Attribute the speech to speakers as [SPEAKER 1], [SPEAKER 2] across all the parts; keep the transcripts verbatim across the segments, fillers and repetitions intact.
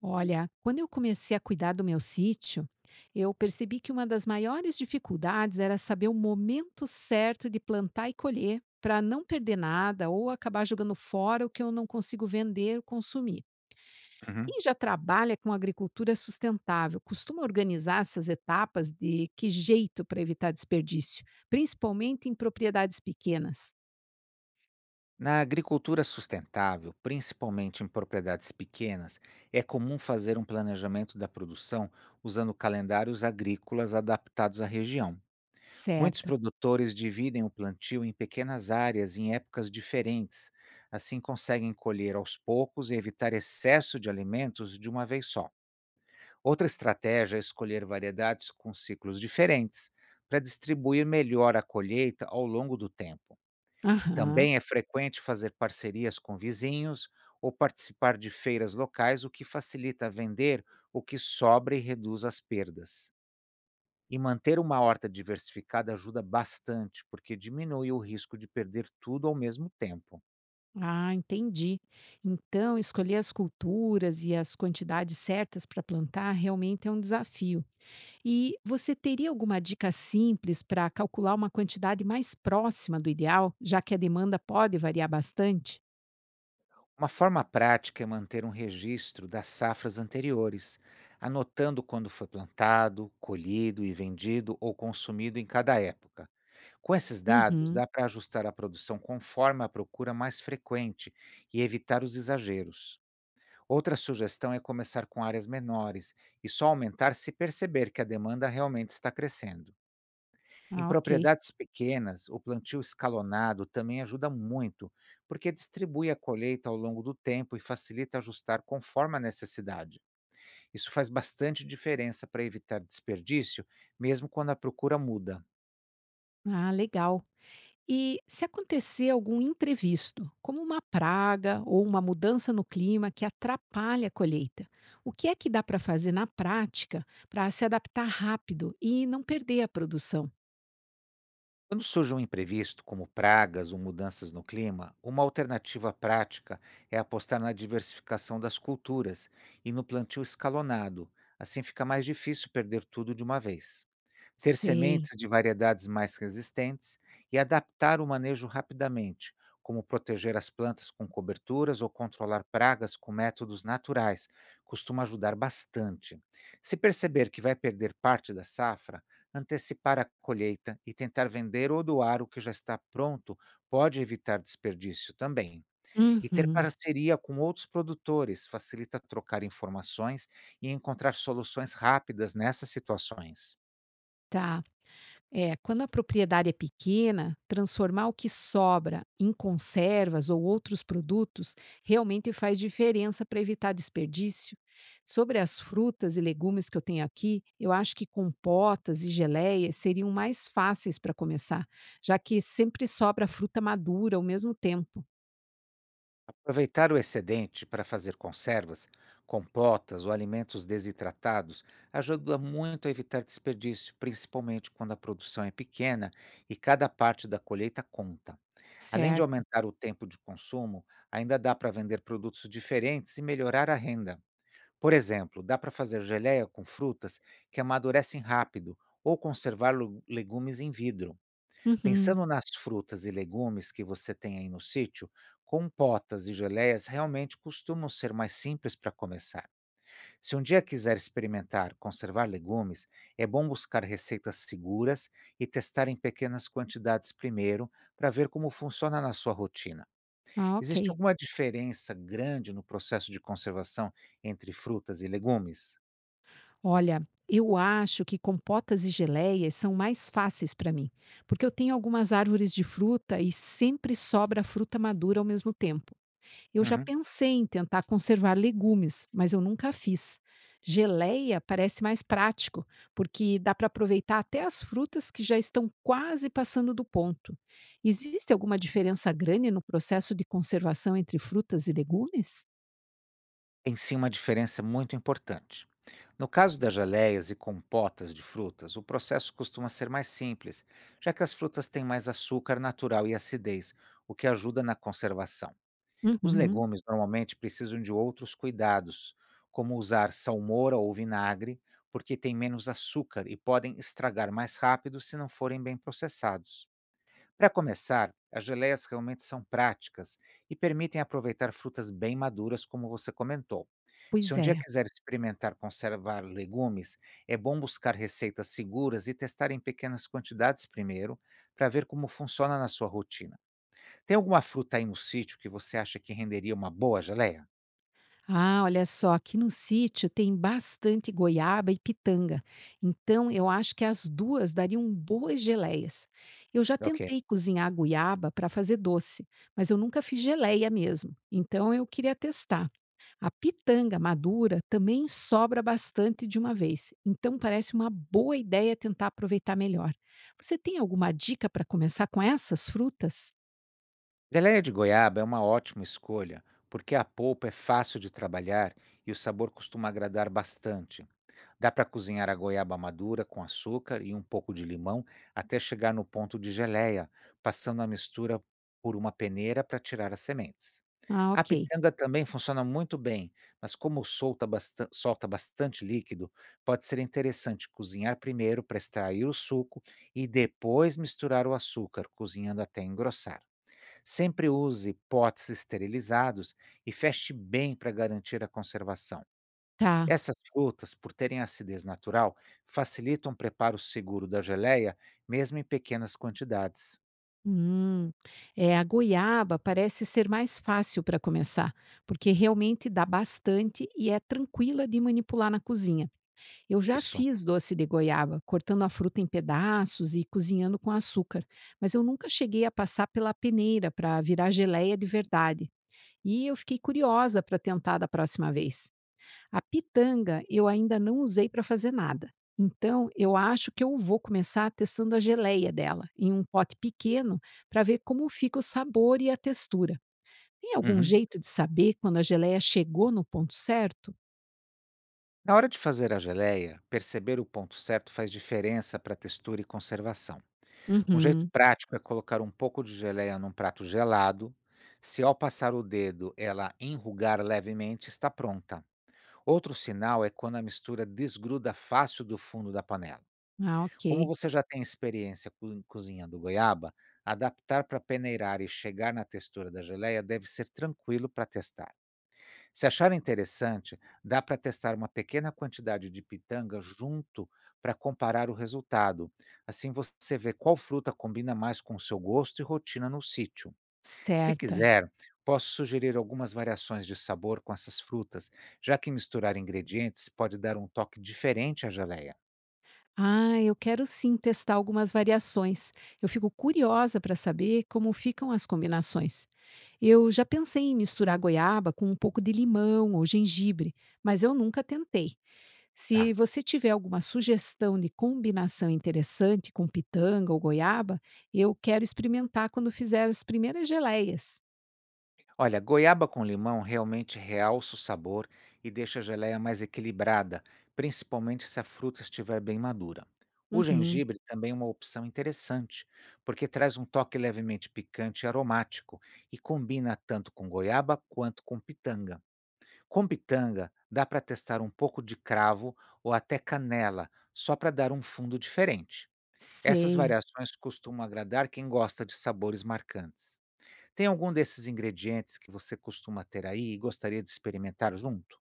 [SPEAKER 1] Olha, quando eu comecei a cuidar do meu sítio, eu percebi que uma das maiores dificuldades era saber o momento certo de plantar e colher para não perder nada ou acabar jogando fora o que eu não consigo vender ou consumir.
[SPEAKER 2] Uhum.
[SPEAKER 1] Quem já trabalha com agricultura sustentável costuma organizar essas etapas de que jeito para evitar desperdício, principalmente em propriedades pequenas.
[SPEAKER 2] Na agricultura sustentável, principalmente em propriedades pequenas, é comum fazer um planejamento da produção usando calendários agrícolas adaptados à região. Muitos
[SPEAKER 1] Certo.
[SPEAKER 2] produtores dividem o plantio em pequenas áreas em épocas diferentes, assim conseguem colher aos poucos e evitar excesso de alimentos de uma vez só. Outra estratégia é escolher variedades com ciclos diferentes, para distribuir melhor a colheita ao longo do tempo.
[SPEAKER 1] Aham.
[SPEAKER 2] Também é frequente fazer parcerias com vizinhos ou participar de feiras locais, o que facilita vender o que sobra e reduz as perdas. E manter uma horta diversificada ajuda bastante, porque diminui o risco de perder tudo ao mesmo tempo.
[SPEAKER 1] Ah, entendi. Então, escolher as culturas e as quantidades certas para plantar realmente é um desafio. E você teria alguma dica simples para calcular uma quantidade mais próxima do ideal, já que a demanda pode variar bastante?
[SPEAKER 2] Uma forma prática é manter um registro das safras anteriores, anotando quando foi plantado, colhido e vendido ou consumido em cada época. Com esses dados,
[SPEAKER 1] Uhum.
[SPEAKER 2] dá para ajustar a produção conforme a procura mais frequente e evitar os exageros. Outra sugestão é começar com áreas menores e só aumentar se perceber que a demanda realmente está crescendo. Em
[SPEAKER 1] Ah, ok.
[SPEAKER 2] propriedades pequenas, o plantio escalonado também ajuda muito, porque distribui a colheita ao longo do tempo e facilita ajustar conforme a necessidade. Isso faz bastante diferença para evitar desperdício, mesmo quando a procura muda.
[SPEAKER 1] Ah, legal. E se acontecer algum imprevisto, como uma praga ou uma mudança no clima que atrapalha a colheita, o que é que dá para fazer na prática para se adaptar rápido e não perder a produção?
[SPEAKER 2] Quando surge um imprevisto, como pragas ou mudanças no clima, uma alternativa prática é apostar na diversificação das culturas e no plantio escalonado. Assim fica mais difícil perder tudo de uma vez. Ter
[SPEAKER 1] Sei.
[SPEAKER 2] sementes de variedades mais resistentes e adaptar o manejo rapidamente, como proteger as plantas com coberturas ou controlar pragas com métodos naturais, costuma ajudar bastante. Se perceber que vai perder parte da safra, antecipar a colheita e tentar vender ou doar o que já está pronto pode evitar desperdício também. E ter
[SPEAKER 1] Uhum.
[SPEAKER 2] parceria com outros produtores facilita trocar informações e encontrar soluções rápidas nessas situações.
[SPEAKER 1] Tá. É, quando a propriedade é pequena, transformar o que sobra em conservas ou outros produtos realmente faz diferença para evitar desperdício. Sobre as frutas e legumes que eu tenho aqui, eu acho que compotas e geleias seriam mais fáceis para começar, já que sempre sobra fruta madura ao mesmo tempo.
[SPEAKER 2] Aproveitar o excedente para fazer conservas, compotas ou alimentos desidratados ajuda muito a evitar desperdício, principalmente quando a produção é pequena e cada parte da colheita conta. Além de
[SPEAKER 1] Certo.
[SPEAKER 2] aumentar o tempo de consumo, ainda dá para vender produtos diferentes e melhorar a renda. Por exemplo, dá para fazer geleia com frutas que amadurecem rápido ou conservar lu- legumes em vidro.
[SPEAKER 1] Uhum.
[SPEAKER 2] Pensando nas frutas e legumes que você tem aí no sítio, compotas e geleias realmente costumam ser mais simples para começar. Se um dia quiser experimentar conservar legumes, é bom buscar receitas seguras e testar em pequenas quantidades primeiro para ver como funciona na sua rotina.
[SPEAKER 1] Ah, ok.
[SPEAKER 2] Existe alguma diferença grande no processo de conservação entre frutas e legumes?
[SPEAKER 1] Olha, eu acho que compotas e geleias são mais fáceis para mim, porque eu tenho algumas árvores de fruta e sempre sobra fruta madura ao mesmo tempo. Eu já
[SPEAKER 2] Uhum.
[SPEAKER 1] pensei em tentar conservar legumes, mas eu nunca fiz. Geleia parece mais prático, porque dá para aproveitar até as frutas que já estão quase passando do ponto. Existe alguma diferença grande no processo de conservação entre frutas e legumes?
[SPEAKER 2] Tem sim uma diferença muito importante. No caso das geleias e compotas de frutas, o processo costuma ser mais simples, já que as frutas têm mais açúcar natural e acidez, o que ajuda na conservação. Os
[SPEAKER 1] Uhum,
[SPEAKER 2] legumes normalmente precisam de outros cuidados, como usar salmoura ou vinagre, porque têm menos açúcar e podem estragar mais rápido se não forem bem processados. Para começar, as geleias realmente são práticas e permitem aproveitar frutas bem maduras, como você comentou. Se
[SPEAKER 1] pois
[SPEAKER 2] um dia
[SPEAKER 1] é.
[SPEAKER 2] quiser experimentar conservar legumes, é bom buscar receitas seguras e testar em pequenas quantidades primeiro, para ver como funciona na sua rotina. Tem alguma fruta aí no sítio que você acha que renderia uma boa geleia?
[SPEAKER 1] Ah, olha só, aqui no sítio tem bastante goiaba e pitanga, então eu acho que as duas dariam boas geleias. Eu já
[SPEAKER 2] Ok.
[SPEAKER 1] tentei cozinhar goiaba para fazer doce, mas eu nunca fiz geleia mesmo, então eu queria testar. A pitanga madura também sobra bastante de uma vez, então parece uma boa ideia tentar aproveitar melhor. Você tem alguma dica para começar com essas frutas?
[SPEAKER 2] Geleia de goiaba é uma ótima escolha, porque a polpa é fácil de trabalhar e o sabor costuma agradar bastante. Dá para cozinhar a goiaba madura com açúcar e um pouco de limão até chegar no ponto de geleia, passando a mistura por uma peneira para tirar as sementes.
[SPEAKER 1] Ah,
[SPEAKER 2] A
[SPEAKER 1] ok.
[SPEAKER 2] pitanga também funciona muito bem, mas como solta, bastan- solta bastante líquido, pode ser interessante cozinhar primeiro para extrair o suco e depois misturar o açúcar, cozinhando até engrossar. Sempre use potes esterilizados e feche bem para garantir a conservação.
[SPEAKER 1] Tá.
[SPEAKER 2] Essas frutas, por terem acidez natural, facilitam o preparo seguro da geleia, mesmo em pequenas quantidades.
[SPEAKER 1] Hum, é, a goiaba parece ser mais fácil para começar, porque realmente dá bastante e é tranquila de manipular na cozinha. Eu já
[SPEAKER 2] Isso.
[SPEAKER 1] fiz doce de goiaba, cortando a fruta em pedaços e cozinhando com açúcar, mas eu nunca cheguei a passar pela peneira para virar geleia de verdade. E eu fiquei curiosa para tentar da próxima vez. A pitanga eu ainda não usei para fazer nada. Então, eu acho que eu vou começar testando a geleia dela em um pote pequeno para ver como fica o sabor e a textura. Tem algum
[SPEAKER 2] Uhum.
[SPEAKER 1] jeito de saber quando a geleia chegou no ponto certo?
[SPEAKER 2] Na hora de fazer a geleia, perceber o ponto certo faz diferença para textura e conservação. Um jeito
[SPEAKER 1] Uhum.
[SPEAKER 2] prático é colocar um pouco de geleia num prato gelado. Se ao passar o dedo ela enrugar levemente, está pronta. Outro sinal é quando a mistura desgruda fácil do fundo da panela.
[SPEAKER 1] Ah,
[SPEAKER 2] Como
[SPEAKER 1] ok.
[SPEAKER 2] você já tem experiência co- cozinhando goiaba, adaptar para peneirar e chegar na textura da geleia deve ser tranquilo para testar. Se achar interessante, dá para testar uma pequena quantidade de pitanga junto para comparar o resultado. Assim você vê qual fruta combina mais com o seu gosto e rotina no sítio. Se
[SPEAKER 1] Certa.
[SPEAKER 2] quiser, posso sugerir algumas variações de sabor com essas frutas, já que misturar ingredientes pode dar um toque diferente à geleia.
[SPEAKER 1] Ah, eu quero sim testar algumas variações. Eu fico curiosa para saber como ficam as combinações. Eu já pensei em misturar goiaba com um pouco de limão ou gengibre, mas eu nunca tentei. Se
[SPEAKER 2] Tá.
[SPEAKER 1] você tiver alguma sugestão de combinação interessante com pitanga ou goiaba, eu quero experimentar quando fizer as primeiras geleias.
[SPEAKER 2] Olha, goiaba com limão realmente realça o sabor e deixa a geleia mais equilibrada, principalmente se a fruta estiver bem madura. O
[SPEAKER 1] Uhum,
[SPEAKER 2] gengibre também é uma opção interessante, porque traz um toque levemente picante e aromático e combina tanto com goiaba quanto com pitanga. Com pitanga, dá para testar um pouco de cravo ou até canela, só para dar um fundo diferente. Essas
[SPEAKER 1] sei.
[SPEAKER 2] variações costumam agradar quem gosta de sabores marcantes. Tem algum desses ingredientes que você costuma ter aí e gostaria de experimentar junto?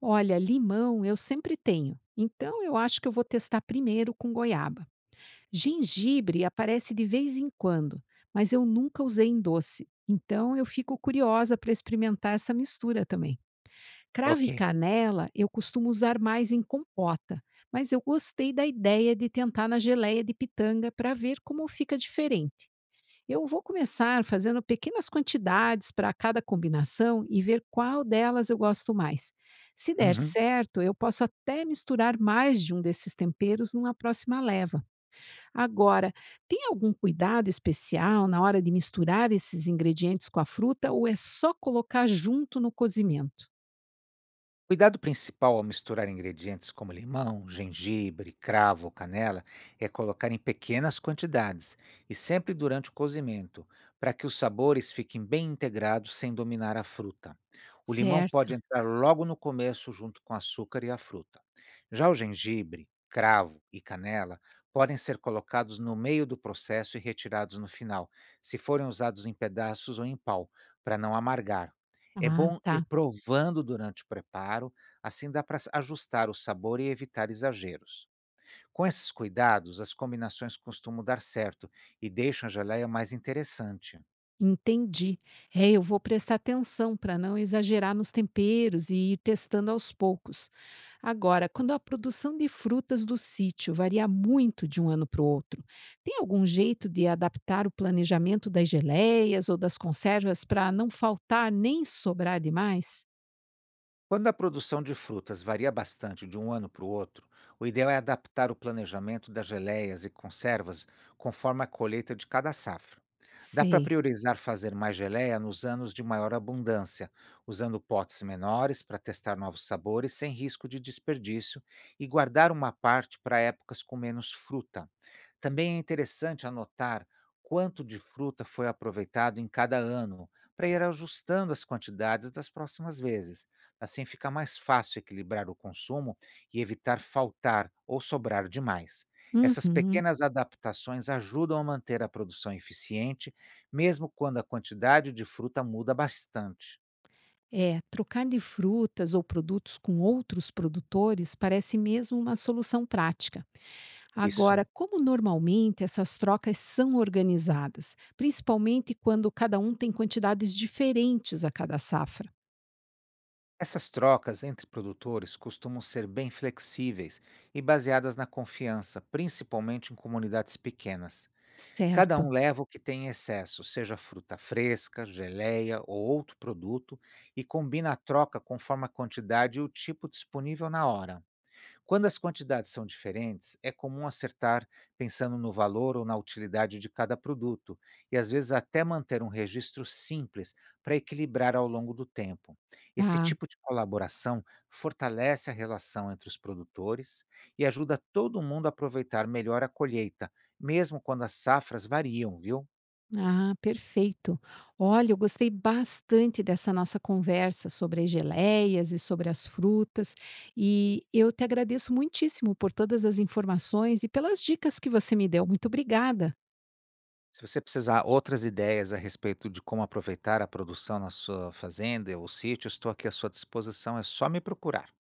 [SPEAKER 1] Olha, limão eu sempre tenho. Então eu acho que eu vou testar primeiro com goiaba. Gengibre aparece de vez em quando, mas eu nunca usei em doce. Então eu fico curiosa para experimentar essa mistura também. Cravo e
[SPEAKER 2] Ok.
[SPEAKER 1] canela eu costumo usar mais em compota, mas eu gostei da ideia de tentar na geleia de pitanga para ver como fica diferente. Eu vou começar fazendo pequenas quantidades para cada combinação e ver qual delas eu gosto mais. Se der
[SPEAKER 2] Uhum.
[SPEAKER 1] certo, eu posso até misturar mais de um desses temperos numa próxima leva. Agora, tem algum cuidado especial na hora de misturar esses ingredientes com a fruta ou é só colocar junto no cozimento?
[SPEAKER 2] Cuidado principal ao misturar ingredientes como limão, gengibre, cravo ou canela é colocar em pequenas quantidades e sempre durante o cozimento, para que os sabores fiquem bem integrados sem dominar a fruta. O limão pode
[SPEAKER 1] Certo.
[SPEAKER 2] entrar logo no começo junto com açúcar e a fruta. Já o gengibre, cravo e canela podem ser colocados no meio do processo e retirados no final, se forem usados em pedaços ou em pau, para não amargar. É
[SPEAKER 1] Ah,
[SPEAKER 2] bom ir
[SPEAKER 1] tá.
[SPEAKER 2] provando durante o preparo, assim dá para ajustar o sabor e evitar exageros. Com esses cuidados, as combinações costumam dar certo e deixam a geleia mais interessante.
[SPEAKER 1] Entendi. É, eu vou prestar atenção para não exagerar nos temperos e ir testando aos poucos. Agora, quando a produção de frutas do sítio varia muito de um ano para o outro, tem algum jeito de adaptar o planejamento das geleias ou das conservas para não faltar nem sobrar demais?
[SPEAKER 2] Quando a produção de frutas varia bastante de um ano para o outro, o ideal é adaptar o planejamento das geleias e conservas conforme a colheita de cada safra. Dá para
[SPEAKER 1] Sei.
[SPEAKER 2] priorizar fazer mais geleia nos anos de maior abundância, usando potes menores para testar novos sabores sem risco de desperdício e guardar uma parte para épocas com menos fruta. Também é interessante anotar quanto de fruta foi aproveitado em cada ano, para ir ajustando as quantidades das próximas vezes. Assim fica mais fácil equilibrar o consumo e evitar faltar ou sobrar demais. Essas
[SPEAKER 1] Uhum.
[SPEAKER 2] pequenas adaptações ajudam a manter a produção eficiente mesmo quando a quantidade de fruta muda bastante.
[SPEAKER 1] É, trocar de frutas ou produtos com outros produtores parece mesmo uma solução prática.
[SPEAKER 2] Isso.
[SPEAKER 1] Agora, como normalmente essas trocas são organizadas, principalmente quando cada um tem quantidades diferentes a cada safra?
[SPEAKER 2] Essas trocas entre produtores costumam ser bem flexíveis e baseadas na confiança, principalmente em comunidades pequenas. Cada um
[SPEAKER 1] Certo,
[SPEAKER 2] leva o que tem em excesso, seja fruta fresca, geleia ou outro produto, e combina a troca conforme a quantidade e o tipo disponível na hora. Quando as quantidades são diferentes, é comum acertar pensando no valor ou na utilidade de cada produto, e às vezes até manter um registro simples para equilibrar ao longo do tempo. Esse
[SPEAKER 1] tá.
[SPEAKER 2] tipo de colaboração fortalece a relação entre os produtores e ajuda todo mundo a aproveitar melhor a colheita, mesmo quando as safras variam, viu?
[SPEAKER 1] Ah, perfeito. Olha, eu gostei bastante dessa nossa conversa sobre as geleias e sobre as frutas, e eu te agradeço muitíssimo por todas as informações e pelas dicas que você me deu. Muito obrigada.
[SPEAKER 2] Se você precisar outras ideias a respeito de como aproveitar a produção na sua fazenda ou sítio, estou aqui à sua disposição, é só me procurar.